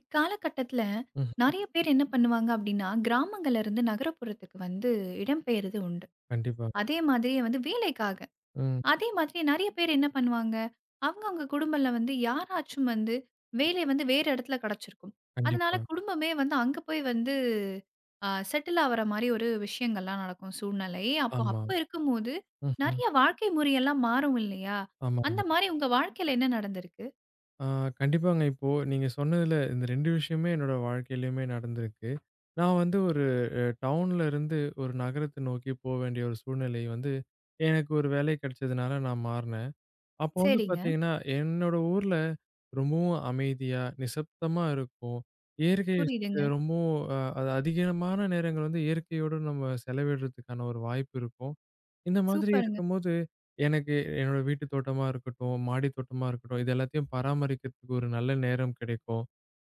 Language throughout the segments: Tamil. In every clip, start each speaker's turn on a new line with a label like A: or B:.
A: இக்காலகட்டத்தில
B: ம்ஹ்ம்.
A: நெறைய பேர் என்ன பண்ணுவாங்க அப்டின்னா, கிராமங்கள்ல இருந்து நகரப்புறத்துக்கு வந்து இடம்பெயர்றது உண்டு.
B: கண்டிப்பாங்க.
A: அதே மாதிரியே வந்து வேலைக்காக.
B: ம்.
A: அதே மாதிரி நெறைய பேர் என்ன பண்ணுவாங்க, அவங்கவங்க குடும்பம்ல வந்து யாராச்சும் வந்து வேலை வந்து வேறு இடத்துல கெடைச்சிருக்கும். அதனால
B: கண்டிப்பா.
A: குடும்பமே வந்து அங்க போய் வந்து செட்டில் ஆவுற மாரி ஒரு விஷயங்கள்லாம் நடக்கும் சூழ்நிலை. அப்போ
B: ஆமா.
A: அப்ப இருக்கும்போது
B: ம்ஹ்ம்.
A: நெறைய வாழ்க்கை முறையெல்லாம் மாறும் இல்லையா? அந்த
B: ஆமாங்க.
A: மாரி உங்க வாழ்க்கையில என்ன நடந்திருக்கு?
B: ஆ கண்டிப்பாங்க. இப்போ நீங்க சொன்னதுல இந்த 2 விஷயமே என்னோட வாழ்க்கையிலயுமே நடந்திருக்கு. நான் வந்து ஒரு டவுன்ல இருந்து ஒரு நகரத்த நோக்கி வேண்டிய ஒரு சூழ்நிலை வந்து எனக்கு ஒரு வேலை கிடைச்சதுனால நான் மாறுனேன். அப்போ வந்து
A: சரிங்க.
B: பார்த்தீங்கன்னா, என்னோட ஊர்ல ரொம்பவும் அமைதியா, நிசப்தமா இருக்கும். இயற்கை
A: புரியுதுங்க.
B: ரொம்பவும் அது அதிகமான நேரங்கள் வந்து இயற்கையோடு நம்ம செலவிடுறதுக்கான ஒரு வாய்ப்பு இருக்கும். இந்த மாதிரி
A: சூப்பருங்க.
B: இருக்கும்போது, எனக்கு என்னோட வீட்டு தோட்டமா இருக்கட்டும், மாடி தோட்டமா இருக்கட்டும், இது எல்லாத்தையும் பராமரிக்கிறதுக்கு ஒரு நல்ல நேரம் கிடைக்கும்.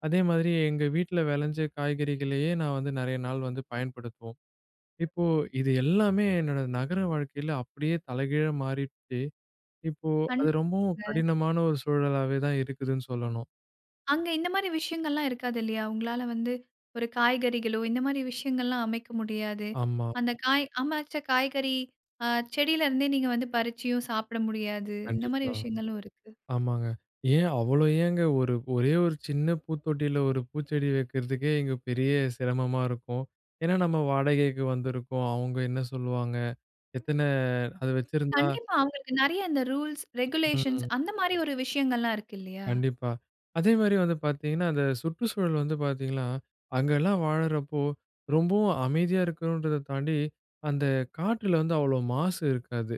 B: அதே மாதிரி எங்க வீட்ல விளைஞ்ச காய்கறிகளையே நான் வந்து நெறைய நாள் வந்து பயன்படுத்துவோம். இப்போ இது எல்லாமே என்னோட நகர வாழ்க்கையில அப்படியே தலைகீழா மாறிடுச்சு. இப்போ
A: கண்
B: அது ரொம்பவும் கடினமான ஒரு சூழலாவே தான் இருக்குதுன்னு சொல்லணும்.
A: அங்க இந்த மாரி விஷயங்கள்லாம் இருக்காது இல்லையா? உங்களால வந்து ஒரு காய்கறிகளோ, இந்த மாரி விஷயங்கள்லாம் அமைக்க முடியாது.
B: ஆமா,
A: அந்த காய் அமைச்ச காய்கறி அ செடியிலருந்தே நீங்க வந்து பறிச்சியும் சாப்பிட முடியாது. இந்த மாரி
B: கண்டிப்பா.
A: விஷயங்களும் இருக்கு.
B: ஆமாங்க. ஏன் அவ்வளோ ஏங்க ஒரே ஒரு சின்ன பூத்தொட்டியில ஒரு பூச்செடி வைக்கிறதுக்கே இங்க பெரிய சிரமமா இருக்கும். ஏன்னா நம்ம வாடகைக்கு வந்திருக்கோம். அவங்க என்ன சொல்லுவாங்க? எத்தன அது வச்சிருந்தா
A: கண்டிப்பா அவங்களுக்கு நெறைய இந்த ரூல்ஸ், ரெகுலேஷன்ஸ்
B: ம்.
A: அந்த மாரி ஒரு விஷயங்கள்லாம் இருக்கு இல்லையா?
B: கண்டிப்பா. அதே மாரி வந்து பார்த்தீங்கன்னா, அந்த சுற்றுச்சூழல் வந்து பார்த்தீங்கன்னா, அங்கலாம் வாழறப்போ ரொம்பவும் அமைதியா இருக்கணுன்றத தாண்டி, அந்த காற்றுல வந்து அவ்வளோ மாசு இருக்காது.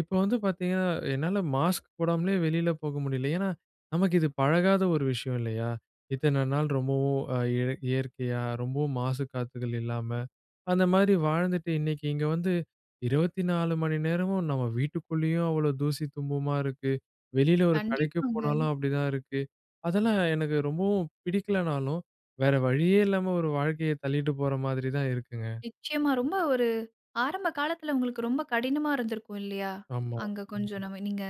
B: இப்போ வந்து பார்த்தீங்கன்னா, என்னால மாஸ்க் போடாமலே வெளியில போக முடியல. ஏன்னா, நமக்கு இது பழகாத ஒரு விஷயம் இல்லையா? இத்தன நாள் ரொம்பவும் அ இய இயற்கையா ரொம்பவும் மாசு காத்துகள் இல்லாம அந்த மாதிரி வாழ்ந்துட்டு இன்னைக்கு இங்க வந்து 24 மணி நேரமும் நம்ம வீட்டுக்குள்ளேயும் அவ்வளோ தூசி தும்புமா இருக்கு. வெளியில ஒரு கடைக்கு
A: கண்டிப்பாங்க.
B: போனாலும் அப்படிதான் இருக்கு. அதெல்லாம் எனக்கு ரொம்பவும் பிடிக்கலனாலும், வேற வழியே இல்லாம ஒரு வாழ்க்கைய தள்ளிட்டு போற மாதிரி தான் இருக்குங்க.
A: நிச்சயமா ரொம்ப ஒரு ஆரம்ப காலத்துல உங்களுக்கு ரொம்ப கடினமா இருந்திருக்கும் இல்லையா?
B: ஆமா.
A: அங்க கொஞ்சம் நம்ம நீங்க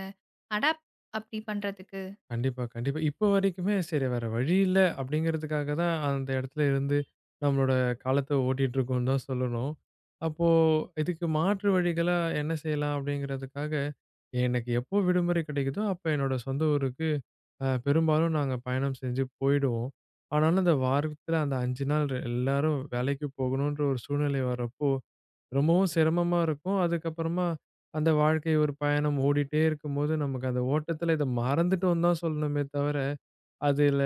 A: அடாப்ட் அப்டி பண்றதுக்கு.
B: கண்டிப்பா, கண்டிப்பா. இப்போ வரைக்குமே சரி வேற வழி இல்ல அப்படிங்கிறதுக்காக தான் அந்த இடத்துல இருந்து நம்மளோட காலத்த ஓட்டிட்டுருக்கோம்ன்னு தான் சொல்லணும். அப்போ இதுக்கு மாற்று வழிகளா என்ன செய்யலாம் அப்படிங்கிறதுக்காக, எனக்கு எப்போ விடுமுறை கிடைக்குதோ அப்ப என்னோட சொந்த ஊருக்கு பெரும்பாலும் நாங்க பயணம் செஞ்சு போயிடுவோம். ஆனாலும் அந்த வாரத்துல அந்த 5 நாள் எல்லாரும் வேலைக்கு போகணுன்ற ஒரு சூழ்நிலை வரப்போ ரொம்பவும் சிரமமா இருக்கும். அதுக்கப்புறமா அந்த வாழ்க்கை ஒரு பயணம் ஓடிட்டே இருக்கும்போது, நமக்கு அந்த ஓட்டத்துல இத மறந்துட்டோம்னு தான் சொல்லணுமே தவிர, அதுல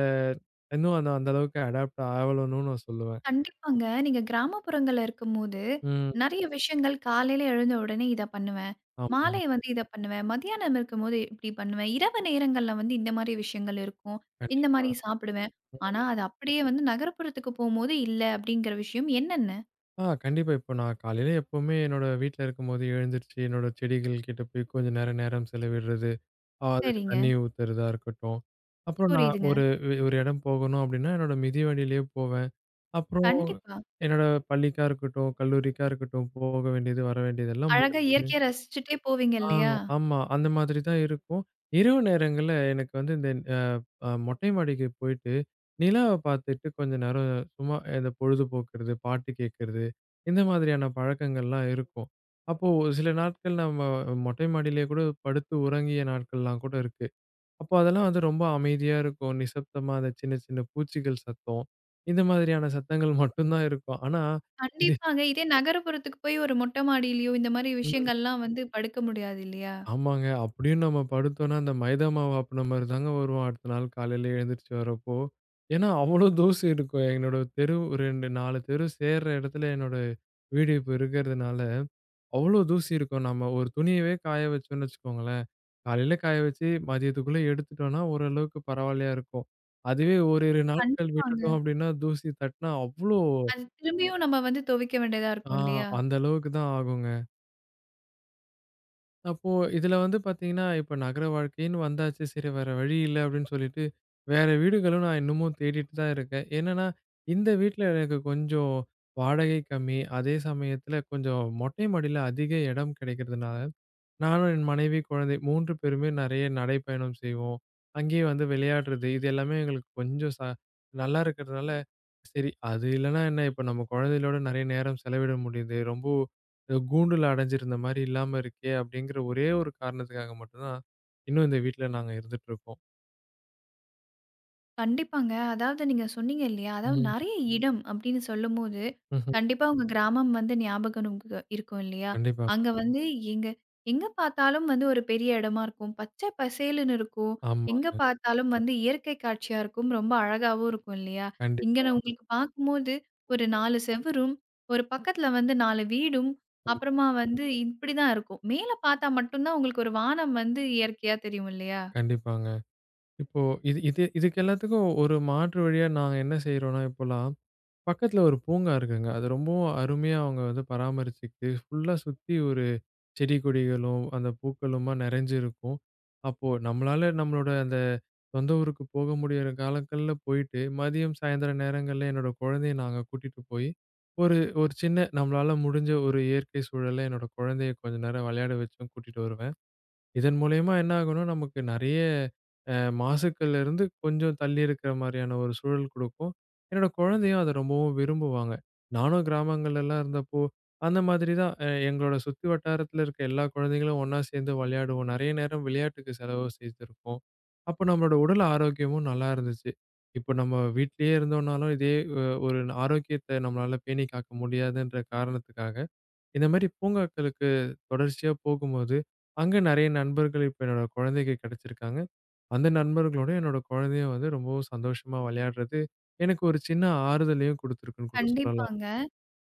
B: இன்னும் அந்த அந்த அளவுக்கு அடாப்ட் ஆவலனும் நான் சொல்லுவேன்.
A: கண்டிப்பாங்க. நீங்க கிராமப்புறங்கள்ல இருக்கும்போது,
B: ம்.
A: நெறைய விஷயங்கள் காலையில எழுந்த உடனே இத பண்ணுவேன். மாலை
B: ஆமாங்க.
A: வந்து இத பண்ணுவேன். மதியானம் இருக்கும்போது இப்டி பண்ணுவேன். இரவு நேரங்கள்ல வந்து இந்த மாரி விஷயங்கள் இருக்கும். இந்த
B: கண்டிப்பா.
A: மாரி சாப்பிடுவேன். ஆனா,
B: ம்.
A: அது அப்படியே வந்து நகரப்புறத்துக்கு போம்போது இல்ல அப்படிங்கிற விஷயம் என்னென்ன?
B: கண்டிப்பா. இப்போ நான் காலையில எப்பவுமே என்னோட வீட்ல இருக்கும்போது எழுந்திருச்சு, என்னோட செடிகள் கிட்ட போய் கொஞ்ச நேரம் நேரம் செலவிடுறது, அதுக்கு
A: சரிங்க.
B: தண்ணி ஊத்துறதா இருக்கட்டும். அப்புறம் நான்
A: புரியுதுங்க.
B: ஒரு ஒரு இடம் போகணும் அப்படின்னா, என்னோட மிதிவண்டியிலேயே போவேன். அப்புறம்
A: கண்டிப்பா.
B: என்னோட பள்ளிக்கா இருக்கட்டும், கல்லூரிக்கா இருக்கட்டும், போக வேண்டியது, வர வேண்டியது எல்லாம்
A: அழகா
B: முடிச்சுட்டு
A: இயற்கைய ரசிச்சுட்டே போவீங்க
B: ஆ
A: இல்லையா?
B: ஆமா. அந்த மாதிரி தான் இருக்கும். இரவு நேரங்கள்ல எனக்கு வந்து இந்த அ அ மொட்டை மாடிக்கு போயிட்டு, நிலாவ பார்த்துட்டு கொஞ்ச நேரம் சும்மா இந்த பொழுது போக்குறது, பாட்டு கேட்கறது, இந்த மாதிரியான பழக்கங்கள்லாம் இருக்கும். அப்போ ஒரு சில நாட்கள் நம்ம மொட்டை மாடியிலேயே கூட படுத்து உறங்கிய நாட்கள்லாம் கூட இருக்கு. அப்போ அதெல்லாம் வந்து ரொம்ப அமைதியா இருக்கும். நிசப்தமா அந்த சின்ன சின்ன பூச்சிகள் சத்தம், இந்த மாதிரியான சத்தங்கள் மட்டும் தான் இருக்கும். ஆனா, இது
A: கண்டிப்பாங்க. இதே நகரப்புறத்துக்கு போய் ஒரு மொட்டை மாடியிலயோ இந்த மாரி
B: ம்.
A: விஷயங்கள்லாம் வந்து படுக்க முடியாது இல்லையா?
B: ஆமாங்க. அப்படியும் நம்ம படுத்தோம்னா, அந்த மைதா மாவு ஆப்புன மாரி தாங்க வரும் அடுத்த நாள் காலையில எழுந்திரிச்சு வரப்போ. ஏன்னா, அவ்வளோ தூசு இருக்கும். என்னோட தெரு 2 4 தெரு சேர்ற இடத்துல என்னோட வீடு இப்ப இருக்கிறதுனால, அவ்வளோ தூசி இருக்கும். நம்ம ஒரு துணியவே காய வச்சோம்னு வச்சுக்கோங்களேன் காலையில காய வச்சு மதியத்துக்குள்ள எடுத்துட்டோம்னா, ஓரளவுக்கு பரவால்லையா இருக்கும். அதுவே ஓரிரு நாட்கள்
A: கண்டிப்பாங்க.
B: விட்டுட்டோம் அப்டின்னா, தூசி தட்டுனா அவ்ளோ
A: அது திரும்பியும் நம்ம வந்து துவைக்க வேண்டியதா
B: ஆ
A: இருக்கும் இல்லையா?
B: அந்த அளவுக்கு தான் ஆகுங்க. அப்போ இதுல வந்து பார்த்தீங்கன்னா, இப்ப நகர வாழ்க்கைன்னு வந்தாச்சு. சரி வேற வழி இல்ல அப்படின்னு சொல்லிட்டு, வேற வீடுகளும் நான் இன்னமும் தேடிட்டு தான் இருக்கேன். என்னன்னா, இந்த வீட்ல எனக்கு கொஞ்சம் வாடகை கம்மி. அதே சமயத்துல கொஞ்சம் மொட்டை மாடியில அதிக இடம் கிடைக்கிறதுனால, நானும் என் மனைவி, குழந்தை 3 பேருமே நெறைய நடைப்பயணம் செய்வோம். அங்கேயே வந்து விளையாடுறது, இது எல்லாமே எங்களுக்கு கொஞ்சம் நல்லா இருக்கிறதுனால சரி. அது இல்லன்னா என்ன, இப்ப நம்ம குழந்தைகளோட நெறைய நேரம் செலவிட முடியுது. ரொம்ப கூண்டுல அடைஞ்சிருந்த மாரி இல்லாம இருக்கே! அப்டிங்கிற ஒரே ஒரு காரணத்துக்காக மட்டும் தான், இன்னும் இந்த வீட்ல நாங்க இருந்துட்டுருக்கோம்.
A: கண்டிப்பாங்க. அதாவது நீங்க சொன்னீங்க இல்லையா? அதாவது
B: ம்.
A: நெறைய ம். இடம் அப்படின்னு சொல்லும்போது,
B: ம்ஹ்ம்.
A: கண்டிப்பா உங்க கிராமம் வந்து ஞாபகம் நமக்கு இருக்கும் இல்லையா?
B: கண்டிப்பாங்க.
A: அங்க ம். வந்து எங்க எங்க பார்த்தாலும் வந்து ஒரு பெரிய இடமா இருக்கும். பச்சை பசேலுன்னு இருக்கும். எங்க
B: ஆமாங்க.
A: பார்த்தாலும் வந்து இயற்கை காட்சியா இருக்கும். ரொம்ப அழகாவும் இருக்கும் இல்லையா? இங்க
B: கண்டிப்பா.
A: நான் உங்களுக்கு பார்க்கும்போது ஒரு 4 செவுரும், ஒரு பக்கத்துல வந்து 4 வீடும்,
B: ஆமா.
A: அப்புறமா வந்து இப்படிதான் இருக்கும். மேல பார்த்தா மட்டும் தான் உங்களுக்கு ஒரு வானம் வந்து இயற்கையா தெரியும் இல்லையா?
B: கண்டிப்பாங்க. இப்போ இது இது இதுக்கு எல்லாத்துக்கும் ஒரு மாற்று வழியா நாங்க என்ன செய்றோம்னா, இப்போலாம் பக்கத்துல ஒரு பூங்கா இருக்குங்க. அது ரொம்பவும் அருமையா அவங்க வந்து பராமரிச்சுக்கிட்டு, ஃபுல்லா சுத்தி ஒரு செடி கொடிகளும், அந்த பூக்களுமா நிறைஞ்சிருக்கும். அப்போ நம்மளால நம்மளோட அந்த சொந்த ஊருக்கு போக முடியிற காலங்கள்ல போயிட்டு, மதியம், சாயந்தரம் நேரங்கள்ல என்னோட குழந்தைய நாங்க கூட்டிட்டு போய், ஒரு ஒரு சின்ன நம்மளால முடிஞ்ச ஒரு இயற்கை சூழல்ல என்னோட குழந்தைய கொஞ்ச நேரம் விளையாட வச்சும் கூட்டிட்டு வருவேன். இதன் மூலியமா என்ன ஆகும்னா, நமக்கு நெறைய அ மாசுக்கள்ல இருந்து கொஞ்சம் தள்ளி இருக்கிற மாரியான ஒரு சூழல் குடுக்கும். என்னோட குழந்தையும் அத ரொம்பவும் விரும்புவாங்க. நானும் கிராமங்கள்லலாம் இருந்தப்போ, அந்த மாதிரி தான் எங்களோட சுத்தி வட்டாரத்துல இருக்க எல்லா குழந்தைங்களும் ஒண்ணா சேர்ந்து விளையாடுவோம். நெறைய நேரம் விளையாட்டுக்கு செலவு செய்திருக்கோம். அப்போ நம்மளோட உடல் ஆரோக்கியமும் நல்லா இருந்துச்சு. இப்போ நம்ம வீட்லயே இருந்தோம்னாலும் இதே அ ஒரு ஆரோக்கியத்த நம்மளால பேணி காக்க முடியாதுன்ற காரணத்துக்காக இந்த மாரி பூங்காக்களுக்கு தொடர்ச்சியா போகும்போது, அங்க நெறைய நண்பர்கள் இப்ப என்னோட குழந்தைக்கு கிடைச்சிருக்காங்க. அந்த நண்பர்களோட என்னோட குழந்தையும் வந்து ரொம்பவும் சந்தோஷமா விளையாடுறது, எனக்கு ஒரு சின்ன ஆறுதலையும் குடுத்திருக்குன்னு கூட சொல்லலாம்.
A: கண்டிப்பாங்க.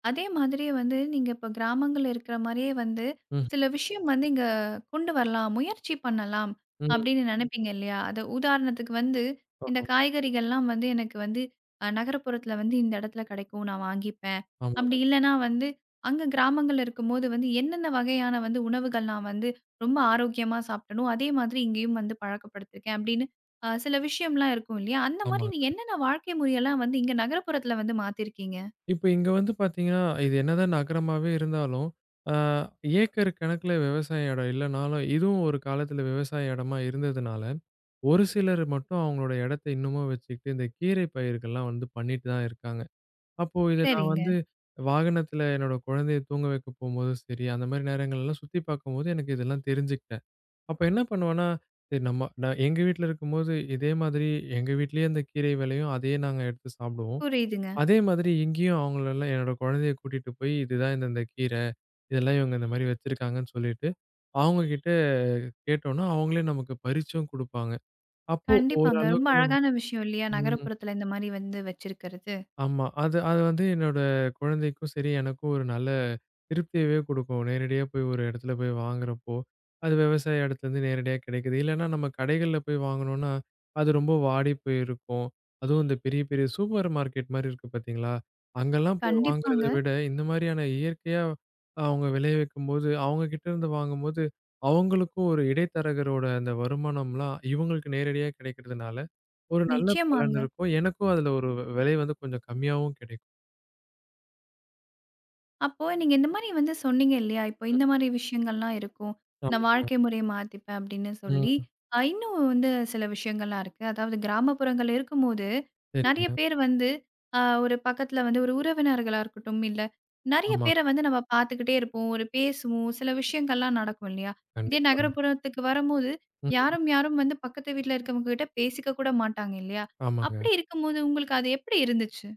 A: அதே மாதிரி வந்து நீங்க இப்ப கிராமங்கள்ல இருக்கிற மாரியே வந்து,
B: ம்,
A: சில விஷயம் வந்து இங்க கொண்டு வரலாம், முயற்சி பண்ணலாம்
B: ம்.
A: அப்படின்னு நினைப்பீங்க இல்லையா? அது உதாரணத்துக்கு வந்து, இந்த
B: ஆஹா.
A: காய்கறிகள்லாம் வந்து எனக்கு வந்து நகரப்புறத்துல வந்து இந்த இடத்துல கிடைக்கும், நான் வாங்கிப்பேன்.
B: ஆமாங்க,
A: அப்படி இல்லன்னா வந்து, அங்க கிராமங்கள்ல இருக்கும்போது வந்து என்னென்ன வகையான வந்து உணவுகள் நான் வந்து ரொம்ப ஆரோக்கியமா சாப்பிட்டனோ, அதே மாதிரி இங்கேயும் வந்து பழக்கப்படுத்திருக்கேன் அப்படின்னு சில விஷயம்லாம் இருக்கும் இல்லையா? அந்த மாரி
B: ஆமாங்க.
A: நீங்க என்னென்ன வாழ்க்கை முறையெல்லாம் வந்து இங்க நகரப்புறத்துல வந்து மாத்திருக்கீங்க?
B: இப்ப இங்க வந்து பார்த்தீங்கன்னா, இது என்னதான் நகரமாவே இருந்தாலும், அ ஏக்கர் கணக்குல விவசாய இடம் இல்லனாலும், இதுவும் ஒரு காலத்துல விவசாய இடமா இருந்ததுனால, ஒரு சிலர் மட்டும் அவங்களோட இடத்த இன்னமும் வச்சுக்கிட்டு, இந்த கீரை பயிர்கள்லாம் வந்து பண்ணிட்டு தான் இருக்காங்க. அப்போ இத நான்
A: சரிங்க.
B: வந்து வாகனத்துல என்னோட குழந்தைய தூங்க வைக்க போம்போதும் சரி, அந்த மாரி நேரங்கள்லாம் சுத்தி பார்க்கும்போது எனக்கு இதெல்லாம் தெரிஞ்சுக்கிட்டேன். அப்ப என்ன பண்ணுவேன்னா, சரி நான் எங்க வீட்ல இருக்கும்போது இதே மாதிரி எங்க வீட்லயே அந்த கீரை விளையும். அதையே நாங்க எடுத்து சாப்பிடுவோம்.
A: புரியுதுங்க.
B: அதே மாதிரி இங்கேயும் அவங்களலாம் என்னோட குழந்தைய கூட்டிட்டு போய் இதுதான் இந்தந்த கீரை, இதெல்லாம் இவங்க இந்த மாரி வச்சிருக்காங்கன்னு சொல்லிட்டு, அவங்க கிட்ட கேட்டோம்னா, அவங்களே நமக்கு பறிச்சும் குடுப்பாங்க. அப்போ
A: கண்டிப்பாங்க. ரொம்ப
B: ஓரளவுக்கு
A: அழகான விஷயம் இல்லையா?
B: ம்.
A: நகரப்புறத்துல இந்த மாரி வந்து வச்சிருக்கிறது.
B: ஆமா. அது அது வந்து என்னோட குழந்தைக்கும் சரி, எனக்கும் ஒரு நல்ல திருப்தியவே குடுக்கும். நேரடியா போய் ஒரு இடத்துல போய் வாங்குறப்போ, அது விவசாய இடத்துலருந்து நேரடியா கிடைக்குது. இல்லன்னா நம்ம கடைகள்ல போய் வாங்குனோம்னா, அது ரொம்ப வாடி போயிருக்கும். அதுவும் இந்த பெரிய பெரிய சூப்பர் மார்க்கெட் மாரி இருக்கு பார்த்தீங்களா? அங்கலாம் போய் வாங்குறத
A: கண்டிப்பாங்க.
B: விட, இந்த மாரியான இயற்கையா அவங்க விளைவிக்கும்போது, அவங்க கிட்ட இருந்து வாங்கும்போது, அவங்களுக்கும் ஒரு இடைத்தரகரோட அந்த வருமானம்லாம் இவங்களுக்கு நேரடியா கிடைக்கிறதுனால, ஒரு நல்ல பலன்
A: நிச்சயமாங்க.
B: இருக்கும். எனக்கும் அதுல ஒரு விலை வந்து கொஞ்சம் கம்மியாவும் கிடைக்கும்.
A: அப்போ நீங்க இந்த மாரி வந்து சொன்னீங்க இல்லையா? இப்போ
B: ம்.
A: இந்த மாரி விஷயங்கள்லாம் இருக்கும்.
B: ஆமா.
A: நான் வாழ்க்கை முறைய மாத்திப்பேன் அப்படின்னு சொல்லி,
B: ம்.
A: இன்னும் வந்து சில விஷயங்கள்லாம் இருக்கு. அதாவது கிராமப்புறங்கள் இருக்கும்போது, நெறைய
B: சரிங்க.
A: பேர் வந்து ஒரு பக்கத்துல வந்து ஒரு உறவினர்களா இருக்கட்டும், இல்ல நெறைய பேர
B: ஆமாங்க.
A: வந்து நம்ம பார்த்துக்கிட்டே இருப்போம். ஒரு பேசுவோம். சில விஷயங்கள்லாம் நடக்கும் இல்லையா? இதே
B: கண்டிப்பா.
A: நகரப்புறத்துக்கு வரும்போது,
B: ம்.
A: யாரும் யாரும் வந்து பக்கத்து வீட்ல இருக்கவங்க கிட்ட பேசிக்க கூட மாட்டாங்க இல்லையா?
B: ஆமாங்க.
A: அப்படி இருக்கும்போது உங்களுக்கு அது எப்படி இருந்துச்சு?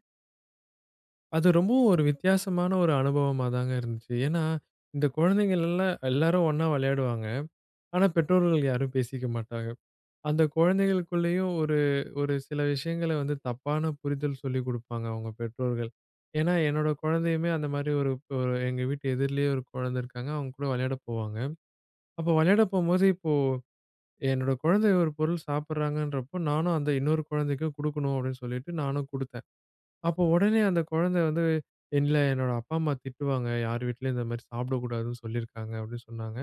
B: அது ரொம்பவும் ஒரு வித்தியாசமான ஒரு அனுபவமா தாங்க இருந்துச்சு. ஏன்னா, இந்த குழந்தைகள் எல்லாம் எல்லாரும் ஒண்ணா விளையாடுவாங்க. ஆனா, பெற்றோர்கள் யாரும் பேசிக்க மாட்டாங்க. அந்த குழந்தைகளுக்குள்ளேயும் ஒரு ஒரு சில விஷயங்கள வந்து தப்பான புரிதல் சொல்லிக் குடுப்பாங்க அவங்க பெற்றோர்கள். ஏன்னா, என்னோட குழந்தையுமே அந்த மாரி ஒரு ஒரு எங்க வீட்டு எதிர்லயே ஒரு குழந்தை இருக்காங்க. அவங்க கூட விளையாட போவாங்க. அப்போ விளையாட போம்போது இப்போ என்னோட குழந்தை ஒரு பொருள் சாப்பிடுறாங்கன்றப்போ, நானும் அந்த இன்னொரு குழந்தைக்கும் குடுக்கணும் அப்படின்னு சொல்லிட்டு நானும் குடுத்தேன். அப்போ உடனே அந்த குழந்தை வந்து, "இல்ல என்னோட அப்பா, அம்மா திட்டுவாங்க. யார் வீட்லயும் இந்த மாரி சாப்பிடக்கூடாதுன்னு சொல்லியிருக்காங்க" அப்படின்னு சொன்னாங்க.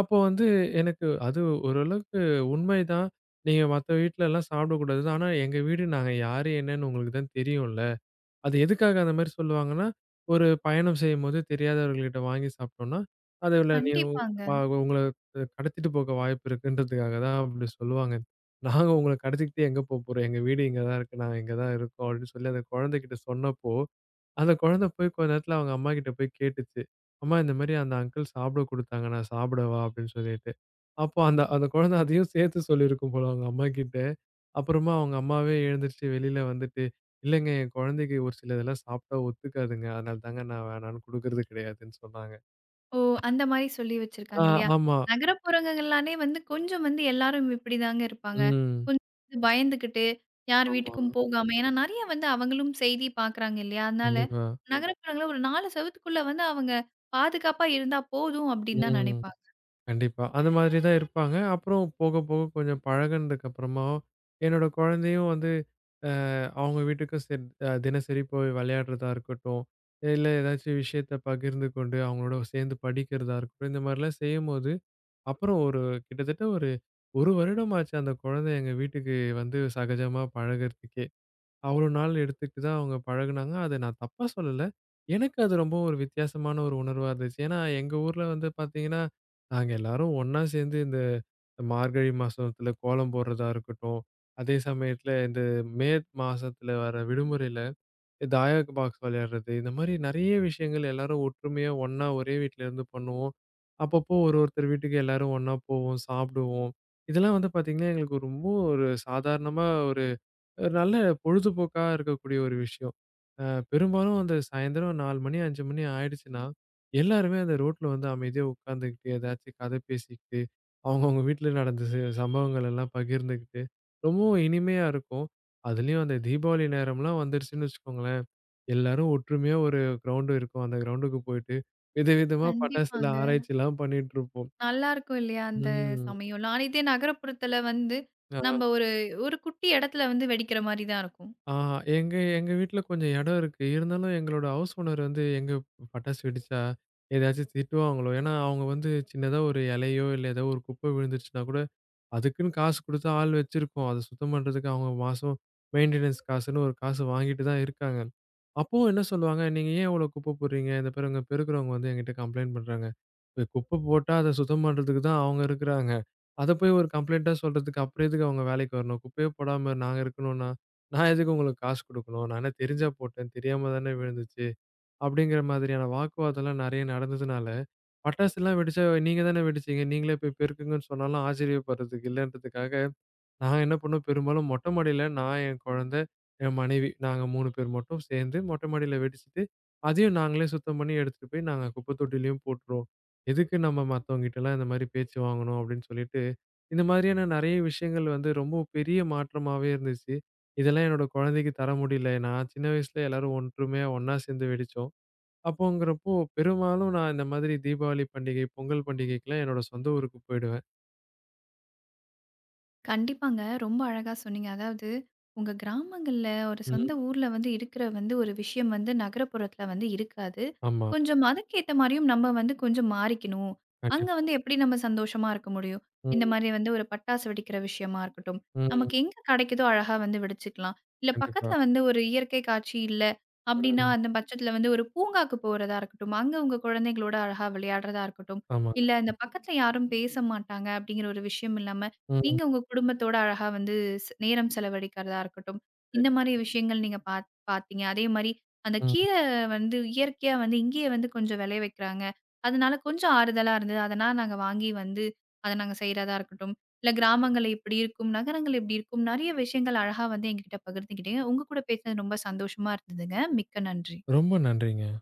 B: அப்போ வந்து எனக்கு அது ஓரளவுக்கு உண்மைதான். நீங்க மத்த வீட்லலாம் சாப்பிடக்கூடாது. ஆனா எங்க வீடு நாங்க யாரு என்னன்னு உங்களுக்கு தான் தெரியும்ல. அது எதுக்காக அந்த மாரி சொல்லுவாங்கன்னா, ஒரு பயணம் செய்யும்போது தெரியாதவர்கள்கிட்ட வாங்கி சாப்பிட்டோம்னா, அதுல நீ உ
A: கண்டிப்பாங்க.
B: வ உங்கள கடத்திட்டு போக வாய்ப்பு இருக்குன்றதுக்காக தான் அப்படி சொல்லுவாங்க. நாங்க உங்கள கடத்திக்கிட்டு எங்க போப்போறோம்? எங்க வீடு இங்க தான் இருக்கு. நாங்க இங்க தான் இருக்கோம் அப்படின்னு சொல்லி அந்த குழந்தைகிட்ட சொன்னப்போ, அந்த குழந்தை போய் கொஞ்ச நேரத்துல அவங்க அம்மா கிட்ட போய் கேட்டுச்சு. அம்மா இந்த மாரி அந்த அங்கிள் சாப்பிட குடுத்தாங்க. நான் சாப்பிடவா? அப்படின்னு சொல்லிட்டு. அப்போ அந்த அந்த குழந்தை அதையும் சேர்த்து சொல்லியிருக்கும் போல அவங்க அம்மாகிட்ட. அப்புறமா அவங்க அம்மாவே எழுந்திருச்சு வெளியில வந்துட்டு, இல்லங்க என் குழந்தைக்கு ஒரு சில இதெல்லாம் சாப்பிட்டா ஒத்துக்காதுங்க. அதனால தாங்க நான் வேணான்னு குடுக்கறது கிடையாதுன்னு சொன்னாங்க.
A: ஓ! அந்த மாரி சொல்லி
B: ஆ
A: வச்சிருக்காங்க இல்லையா?
B: ஆமா.
A: நகரப்புறங்கள்லானே வந்து கொஞ்சம் வந்து எல்லாரும் இப்படிதாங்க இருப்பாங்க.
B: ம்.
A: கொஞ்சம் வந்து பயந்துகிட்டு, யார்
B: ஆமா.
A: வீட்டுக்கும் போகாம. ஏன்னா நெறைய வந்து அவங்களும் செய்தி பார்க்குறாங்க இல்லையா? அதனால
B: கண்டிப்பா.
A: ம். நகரப்புறங்கள்ல ஒரு 4 செவுத்துக்குள்ள வந்து அவங்க பாதுகாப்பா இருந்தா போதும் அப்படின்னு தான்
B: ம்.
A: நெனைப்பாங்க.
B: கண்டிப்பா. அந்த மாதிரி தான் இருப்பாங்க. அப்புறம் போக போக கொஞ்சம் பழகுனதுக்கு அப்புறமா, என்னோட குழந்தையும் வந்து அ அவங்க வீட்டுக்கும் சரி தினசரி போய் விளையாடுறதா இருக்கட்டும், இல்ல ஏதாச்சும் விஷயத்த பகிர்ந்து கொண்டு அவங்களோட சேர்ந்து படிக்கிறதா இருக்கட்டும், இந்த மாதிரிலாம் செய்யும்போது, அப்புறம் கிட்டத்தட்ட ஒரு 1 வருடம் ஆச்சு அந்த குழந்தை எங்க வீட்டுக்கு வந்து சகஜமா பழகுறதுக்கே. அவ்வளோ நாள் எடுத்துக்கிட்டு தான் அவங்க பழகுனாங்க. அத நான் தப்பா சொல்லல. எனக்கு அது ரொம்ப ஒரு வித்தியாசமான ஒரு உணர்வா இருந்துச்சு. ஏன்னா, எங்க ஊர்ல வந்து பார்த்தீங்கன்னா, நாங்க எல்லாரும் ஒண்ணா சேர்ந்து இந்த மார்கழி மாசத்துல கோலம் போடுறதா இருக்கட்டும், அதே சமயத்துல இந்த மே மாசத்துல வர விடுமுறையில தாயக் பாக்ஸ் விளையாடுறது, இந்த மாரி நெறைய விஷயங்கள் எல்லாரும் ஒற்றுமையா ஒண்ணா ஒரே வீட்ல இருந்து பண்ணுவோம். அப்பப்போ ஒருத்தர் வீட்டுக்கு எல்லாரும் ஒண்ணா போவோம், சாப்பிடுவோம். இதெல்லாம் வந்து பார்த்தீங்கன்னா, எங்களுக்கு ரொம்ப ஒரு சாதாரணமா ஒரு நல்ல பொழுதுபோக்கா இருக்கக்கூடிய ஒரு விஷயம். அ பெரும்பாலும் அந்த சாயந்தரம் 4 மணி, 5 மணி ஆயிடுச்சுன்னா, எல்லாருமே அந்த ரோட்ல வந்து அமைதியா உட்காந்துக்கிட்டு, ஏதாச்சும் கதை பேசிக்கிட்டு, அவங்கவங்க வீட்ல நடந்த சம்பவங்கள் எல்லாம் பகிர்ந்துக்கிட்டு, ரொம்பவும் இனிமையா இருக்கும். அதுலயும் அந்த தீபாவளி நேரம்லாம் வந்துருச்சுன்னு வச்சுக்கோங்களேன், எல்லாரும் ஒற்றுமையா ஒரு கிரவுண்டு இருக்கும். அந்த கிரவுண்டுக்கு போயிட்டு, விதவிதமா பட்டாசுல
A: கண்டிப்பாங்க.
B: ஆராய்ச்சிலாம் பண்ணிட்டு இருப்போம்.
A: நல்லாருக்கும் இல்லையா? அந்த
B: ம்.
A: சமயம்லாம். ஆனா இதே நகரப்புறத்துல வந்து, நம்ம ஒரு ஒரு குட்டி இடத்துல வந்து வெடிக்கிற மாரி தான் இருக்கும்.
B: ஆ எங்க எங்க வீட்ல கொஞ்சம் இடம் இருக்கு. இருந்தாலும் எங்களோட ஹவுஸ் ஓனர் வந்து எங்க பட்டாசு வெடிச்சா, ஏதாச்சும் திட்டுவாங்களோ! ஏன்னா, அவங்க வந்து சின்னதா ஒரு இலையோ, இல்ல ஏதோ ஒரு குப்பை விழுந்துருச்சுனா கூட, அதுக்குன்னு காசு குடுத்து ஆள் வச்சிருக்கோம். அத சுத்தம் பண்றதுக்கு அவங்க மாசம் மெயின்டனன்ஸ் காசுன்னு ஒரு காசு வாங்கிட்டு தான் இருக்காங்க. அப்பவும் என்ன சொல்லுவாங்க, "நீங்க ஏன் இவ்ளோ குப்பை போடுறீங்க? இந்த பாருங்க பெருக்குறவங்க வந்து என்கிட்ட கம்ப்ளைண்ட் பண்றாங்க." இப்ப குப்பை போட்டா அத சுத்தம் பண்றதுக்கு தான் அவங்க இருக்குறாங்க. அத போய் ஒரு கம்ப்ளைண்ட்டா சொல்றதுக்கு அப்புறம் எதுக்கு அவங்க வேலைக்கு வரணும்? குப்பையே போடாம நாங்க இருக்கணும்னா, நான் எதுக்கு உங்களுக்கு காசு குடுக்கணும்? நான் என்ன தெரிஞ்சா போட்டேன், தெரியாம தானே விழுந்துச்சு. அப்படிங்கிற மாதிரியான வாக்குவாதம்லாம் நெறைய நடந்ததுனால பட்டாசுலாம் வெடிச்சா நீங்க தானே வெடிச்சீங்க. நீங்களே போய் பெருக்குங்கன்னு சொன்னாலும் ஆச்சரியப்படுறதுக்கு இல்லன்றதுக்காக, நான் என்ன பண்ணோம் பெரும்பாலும் மொட்டை மாடியில நான், என் குழந்தை, என் மனைவி நாங்க 3 பேர் மட்டும் சேர்ந்து மொட்டை மாடியில வெடிச்சுட்டு, அதையும் நாங்களே சுத்தம் பண்ணி எடுத்துட்டு போய் நாங்க குப்பை தொட்டியிலயும் போட்டுருவோம். எதுக்கு நம்ம மத்தவங்ககிட்டலாம் இந்த மாரி பேச்சு வாங்கணும் அப்படின்னு சொல்லிட்டு, இந்த மாதிரியான நெறைய விஷயங்கள் வந்து ரொம்ப பெரிய மாற்றமாவே இருந்துச்சு. இதெல்லாம் என்னோட குழந்தைக்கு தர முடியல. நான் சின்ன வயசுல எல்லாரும் ஒற்றுமையா ஒண்ணா சேர்ந்து வெடிச்சோம். அப்போங்கிறப்போ, பெரும்பாலும் நான் இந்த மாதிரி தீபாவளி பண்டிகை, பொங்கல் பண்டிகைக்குலாம் என்னோட சொந்த ஊருக்கு போயிடுவேன்.
A: கண்டிப்பாங்க. ரொம்ப அழகா சொன்னீங்க. அதாவது உங்க கிராமங்கள்ல ஒரு சொந்த
B: ம்.
A: ஊர்ல வந்து இருக்கிற வந்து ஒரு விஷயம் வந்து நகரப்புறத்துல வந்து இருக்காது.
B: ஆமா.
A: கொஞ்சம் அதுக்கேத்த மாரியும் நம்ம வந்து கொஞ்சம் மாறிக்கணும். அங்க
B: கண்டிப்பா.
A: வந்து எப்படி நம்ம சந்தோஷமா இருக்க முடியும்? இந்த
B: ம்.
A: மாரி வந்து ஒரு பட்டாசு வெடிக்கிற விஷயமா இருக்கட்டும்.
B: ம்.
A: நமக்கு எங்க கிடைக்குதோ அழகா வந்து வெடிச்சுக்கலாம். இல்ல
B: கண்டிப்பா.
A: பக்கத்துல வந்து ஒரு இயற்கை காட்சி இல்ல அப்படின்னா,
B: ம்.
A: அந்த பட்சத்துல வந்து ஒரு பூங்காக்கு போறதா இருக்கட்டும். அங்க உங்க குழந்தைகளோட அழகா விளையாடுறதா இருக்கட்டும்.
B: ஆமாங்க.
A: இல்ல இந்த பக்கத்துல யாரும் பேச மாட்டாங்க அப்படிங்கிற ஒரு விஷயம் இல்லாம
B: ம்.
A: நீங்க உங்க குடும்பத்தோட அழகா வந்து நேரம் செலவழிக்கிறதா இருக்கட்டும், இந்த
B: சரி.
A: மாரி விஷயங்கள் நீங்க பாத்தீங்க. அதே மாரி அந்த
B: ம்.
A: கீரை வந்து இயற்கையா வந்து இங்கேயே வந்து கொஞ்சம் விளைய வைக்கிறாங்க. அதனால கொஞ்சம் ஆறுதலா இருந்தது. அதனால நாங்க வாங்கி வந்து அத நாங்க செய்றதா இருக்கட்டும். இல்ல கிராமங்கள் இப்படி இருக்கும், நகரங்கள் இப்படி இருக்கும். நெறைய விஷயங்கள் அழகா வந்து எங்ககிட்ட பகிர்ந்துக்கிட்டீங்க. உங்க கூட பேசினது ரொம்ப சந்தோஷமா இருந்ததுங்க. மிக்க நன்றி.
B: ரொம்ப நன்றிங்க.